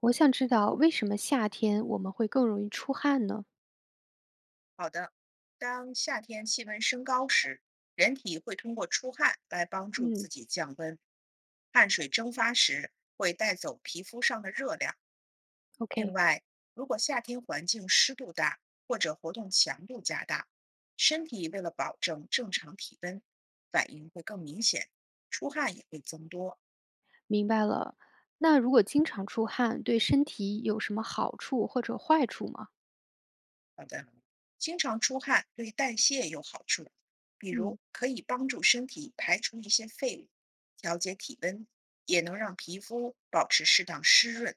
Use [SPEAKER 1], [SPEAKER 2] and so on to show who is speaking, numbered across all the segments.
[SPEAKER 1] 我想知道为什么夏天我们会更容易出汗呢？
[SPEAKER 2] 好的，当夏天气温升高时，人体会通过出汗来帮助
[SPEAKER 1] 嗯
[SPEAKER 2] 自己降温。汗水蒸发时会带走皮肤上的热量。另
[SPEAKER 1] ，OK，
[SPEAKER 2] 外，如果夏天环境湿度大或者活动强度加大，身体为了保证正常体温，反应会更明显，出汗也会增多。
[SPEAKER 1] 明白了。那如果经常出汗，对身体有什么好处或者坏处吗？
[SPEAKER 2] 好的，经常出汗对代谢有好处，比如
[SPEAKER 1] 嗯
[SPEAKER 2] 可以帮助身体排除一些废物，调节体温，也能让皮肤保持适当湿润。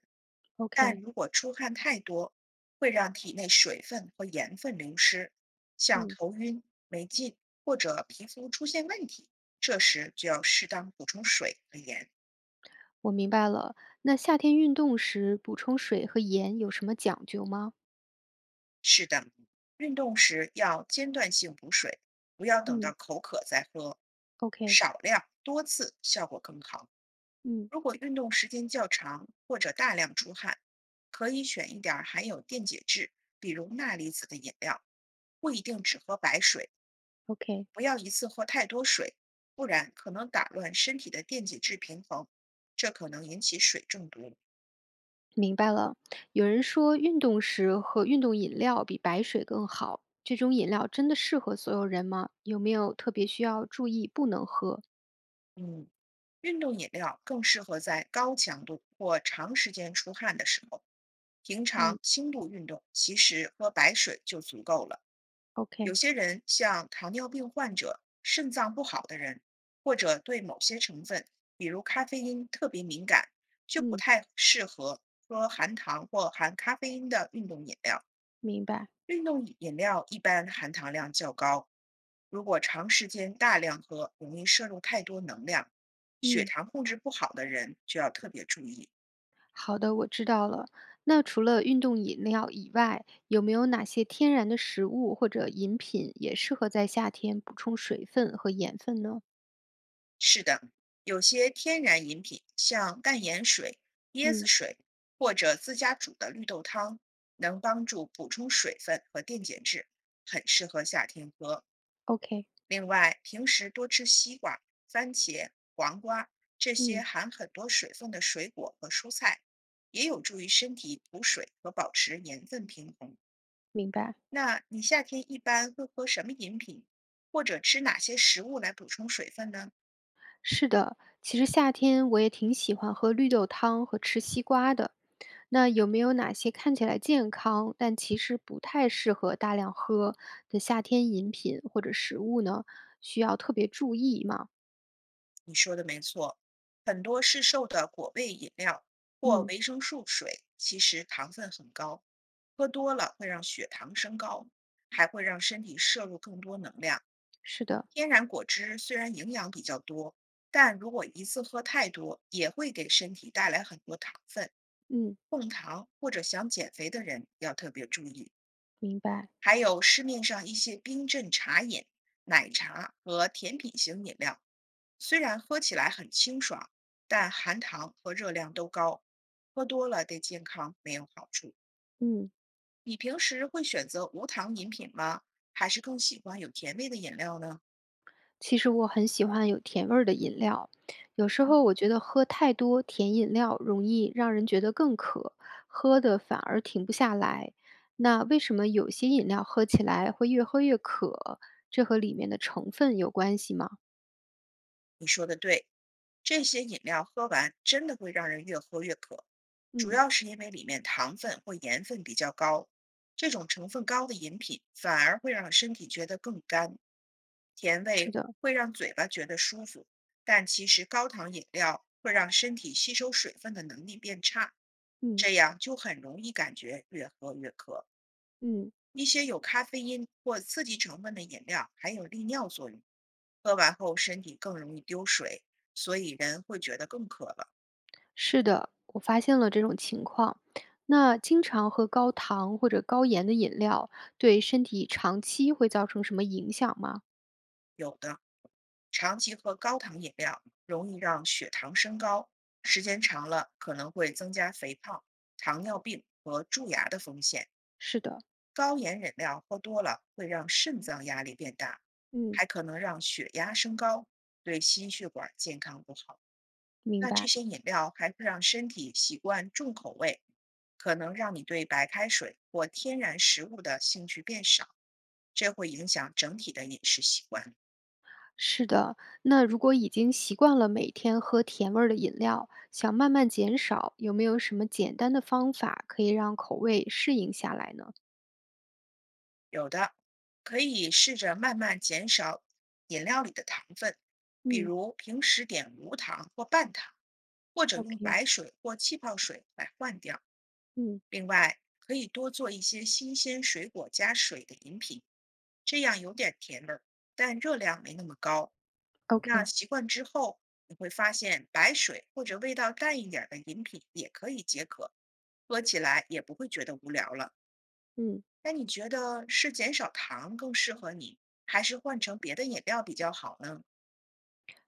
[SPEAKER 2] 但
[SPEAKER 1] ？OK，
[SPEAKER 2] 如果出汗太多，会让体内水分和盐分流失，像
[SPEAKER 1] 嗯，
[SPEAKER 2] 头晕、没劲或者皮肤出现问题，这时就要适当补充水和盐。
[SPEAKER 1] 我明白了。那夏天运动时补充水和盐有什么讲究吗？
[SPEAKER 2] 运动时要间断性补水，不要等到
[SPEAKER 1] 嗯
[SPEAKER 2] 口渴再喝，
[SPEAKER 1] ？OK，OK，
[SPEAKER 2] 少量多次效果更好。
[SPEAKER 1] 嗯
[SPEAKER 2] 如果运动时间较长或者大量出汗，可以选一点儿含有电解质，比如钠离子的饮料，不一定只喝白水，
[SPEAKER 1] ，OK，
[SPEAKER 2] 不要一次喝太多水，不然可能打乱身体的电解质平衡，这可能引起水中毒。
[SPEAKER 1] 明白了。有人说运动时喝运动饮料比白水更好，这种饮料真的适合所有人吗？有没有特别需要注意不能喝？
[SPEAKER 2] 嗯，运动饮料更适合在高强度或长时间出汗的时候。平
[SPEAKER 1] 嗯。
[SPEAKER 2] 常轻度运动，其实喝白水就足够了。有
[SPEAKER 1] OK，
[SPEAKER 2] 些人像糖尿病患者、肾脏不好的人，或者对某些成分，比如咖啡因特别敏感，就不
[SPEAKER 1] 嗯，
[SPEAKER 2] 太适合喝含糖或含咖啡因的运动饮料。
[SPEAKER 1] 明白，
[SPEAKER 2] 运动饮料一般含糖量较高，如果长时间大量喝，容易摄入太多能量。血
[SPEAKER 1] 嗯，
[SPEAKER 2] 糖控制不好的人就要特别注意。
[SPEAKER 1] 好的，我知道了。那除了运动饮料以外，有没有哪些天然的食物或者饮品也适合在夏天补充水分和盐分呢？
[SPEAKER 2] 是的，有些天然饮品，像淡盐水、椰子
[SPEAKER 1] 嗯
[SPEAKER 2] 水或者自家煮的绿豆汤，能帮助补充水分和电解质，很适合夏天喝。
[SPEAKER 1] ，OK，
[SPEAKER 2] 另外，平时多吃西瓜、番茄、黄瓜这些
[SPEAKER 1] 嗯，
[SPEAKER 2] 含很多水分的水果和蔬菜，也有助于身体补水和保持盐分平衡。
[SPEAKER 1] 明白。
[SPEAKER 2] 那你夏天一般会喝什么饮品，或者吃哪些食物来补充水分呢？
[SPEAKER 1] 是的，其实夏天我也挺喜欢喝绿豆汤和吃西瓜的。那有没有哪些看起来健康，但其实不太适合大量喝的夏天饮品或者食物呢？需要特别注意吗？
[SPEAKER 2] 你说的没错，很多市售的果味饮料或
[SPEAKER 1] 嗯，
[SPEAKER 2] 维生素水其实糖分很高，喝多了会让血糖升高，还会让身体摄入更多能量。
[SPEAKER 1] 是的。
[SPEAKER 2] 天然果汁虽然营养比较多，但如果一次喝太多，也会给身体带来很多糖分。
[SPEAKER 1] 嗯，
[SPEAKER 2] 控糖或者想减肥的人要特别注意。
[SPEAKER 1] 明白。
[SPEAKER 2] 还有市面上一些冰镇茶饮、奶茶和甜品型饮料。虽然喝起来很清爽，但含糖和热量都高，喝多了对健康没有好处。
[SPEAKER 1] 嗯，
[SPEAKER 2] 你平时会选择无糖饮品吗？还是更喜欢有甜味的饮料呢？
[SPEAKER 1] 其实我很喜欢有甜味儿的饮料，有时候我觉得喝太多甜饮料容易让人觉得更渴，喝的反而停不下来。那为什么有些饮料喝起来会越喝越渴？这和里面的成分有关系吗？
[SPEAKER 2] 你说的对，这些饮料喝完真的会让人越喝越渴，主
[SPEAKER 1] 嗯，
[SPEAKER 2] 要是因为里面糖分或盐分比较高。这种成分高的饮品反而会让身体觉得更干，甜
[SPEAKER 1] 是
[SPEAKER 2] 味
[SPEAKER 1] 的，
[SPEAKER 2] 会让嘴巴觉得舒服，但其实高糖饮料会让身体吸收水分的能力变差，
[SPEAKER 1] 嗯
[SPEAKER 2] 这样就很容易感觉越喝越渴。
[SPEAKER 1] 嗯，
[SPEAKER 2] 一些有咖啡因或刺激成分的饮料还有利尿作用，喝完后身体更容易丢水，所以人会觉得更渴了。
[SPEAKER 1] 是的，我发现了这种情况。那经常喝高糖或者高盐的饮料，对身体长期会造成什么影响吗？
[SPEAKER 2] 有的长期喝高糖饮料，容易让血糖升高，时间长了可能会增加肥胖、糖尿病和蛀牙的风险。
[SPEAKER 1] 是的，
[SPEAKER 2] 高盐饮料喝多了会让肾脏压力变大，
[SPEAKER 1] 嗯。
[SPEAKER 2] 还可能让血压升高，对心血管健康不好。
[SPEAKER 1] 明
[SPEAKER 2] 那这
[SPEAKER 1] 白，
[SPEAKER 2] 些饮料还会让身体习惯重口味，可能让你对白开水或天然食物的兴趣变少，这会影响整体的饮食习惯。
[SPEAKER 1] 是的。那如果已经习惯了每天喝甜味儿的饮料，想慢慢减少，有没有什么简单的方法可以让口味适应下来呢？
[SPEAKER 2] 有的可以试着慢慢减少饮料里的糖分，比
[SPEAKER 1] 嗯
[SPEAKER 2] 如平时点无糖或半糖，或者用
[SPEAKER 1] ，OK，
[SPEAKER 2] 白水或气泡水来换掉。
[SPEAKER 1] 嗯
[SPEAKER 2] 另外，可以多做一些新鲜水果加水的饮品，这样有点甜味儿，但热量没那么高。那
[SPEAKER 1] ，OK。
[SPEAKER 2] 习惯之后，你会发现白水或者味道淡一点儿的饮品也可以解渴，喝起来也不会觉得无聊了。
[SPEAKER 1] 嗯。
[SPEAKER 2] 那你觉得是减少糖更适合你，还是换成别的饮料比较好呢？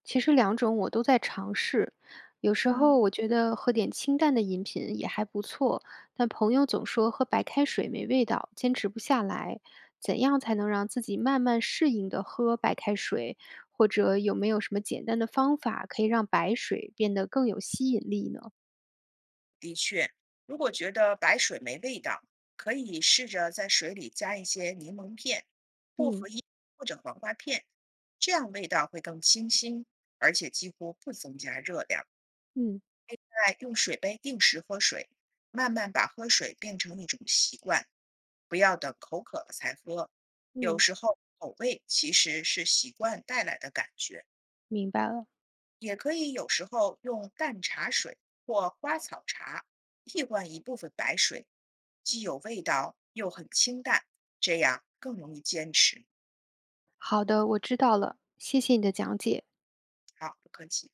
[SPEAKER 1] 其实两种我都在尝试，有时候我觉得喝点清淡的饮品也还不错，但朋友总说喝白开水没味道，坚持不下来。怎样才能让自己慢慢适应的喝白开水？或者有没有什么简单的方法可以让白水变得更有吸引力呢？
[SPEAKER 2] 的确，如果觉得白水没味道，可以试着在水里加一些柠檬片、薄
[SPEAKER 1] 嗯
[SPEAKER 2] 荷叶或者黄瓜片，这样味道会更清新，而且几乎不增加热量。
[SPEAKER 1] 嗯
[SPEAKER 2] 再用水杯定时喝水，慢慢把喝水变成一种习惯，不要等口渴了才喝。有
[SPEAKER 1] 嗯，
[SPEAKER 2] 时候口味其实是习惯带来的感觉。
[SPEAKER 1] 明白了，
[SPEAKER 2] 也可以有时候用淡茶水或花草茶替换一部分白水，既有味道又很清淡，这样更容易坚持。
[SPEAKER 1] 好的，我知道了，谢谢你的讲解。
[SPEAKER 2] 好，不客气。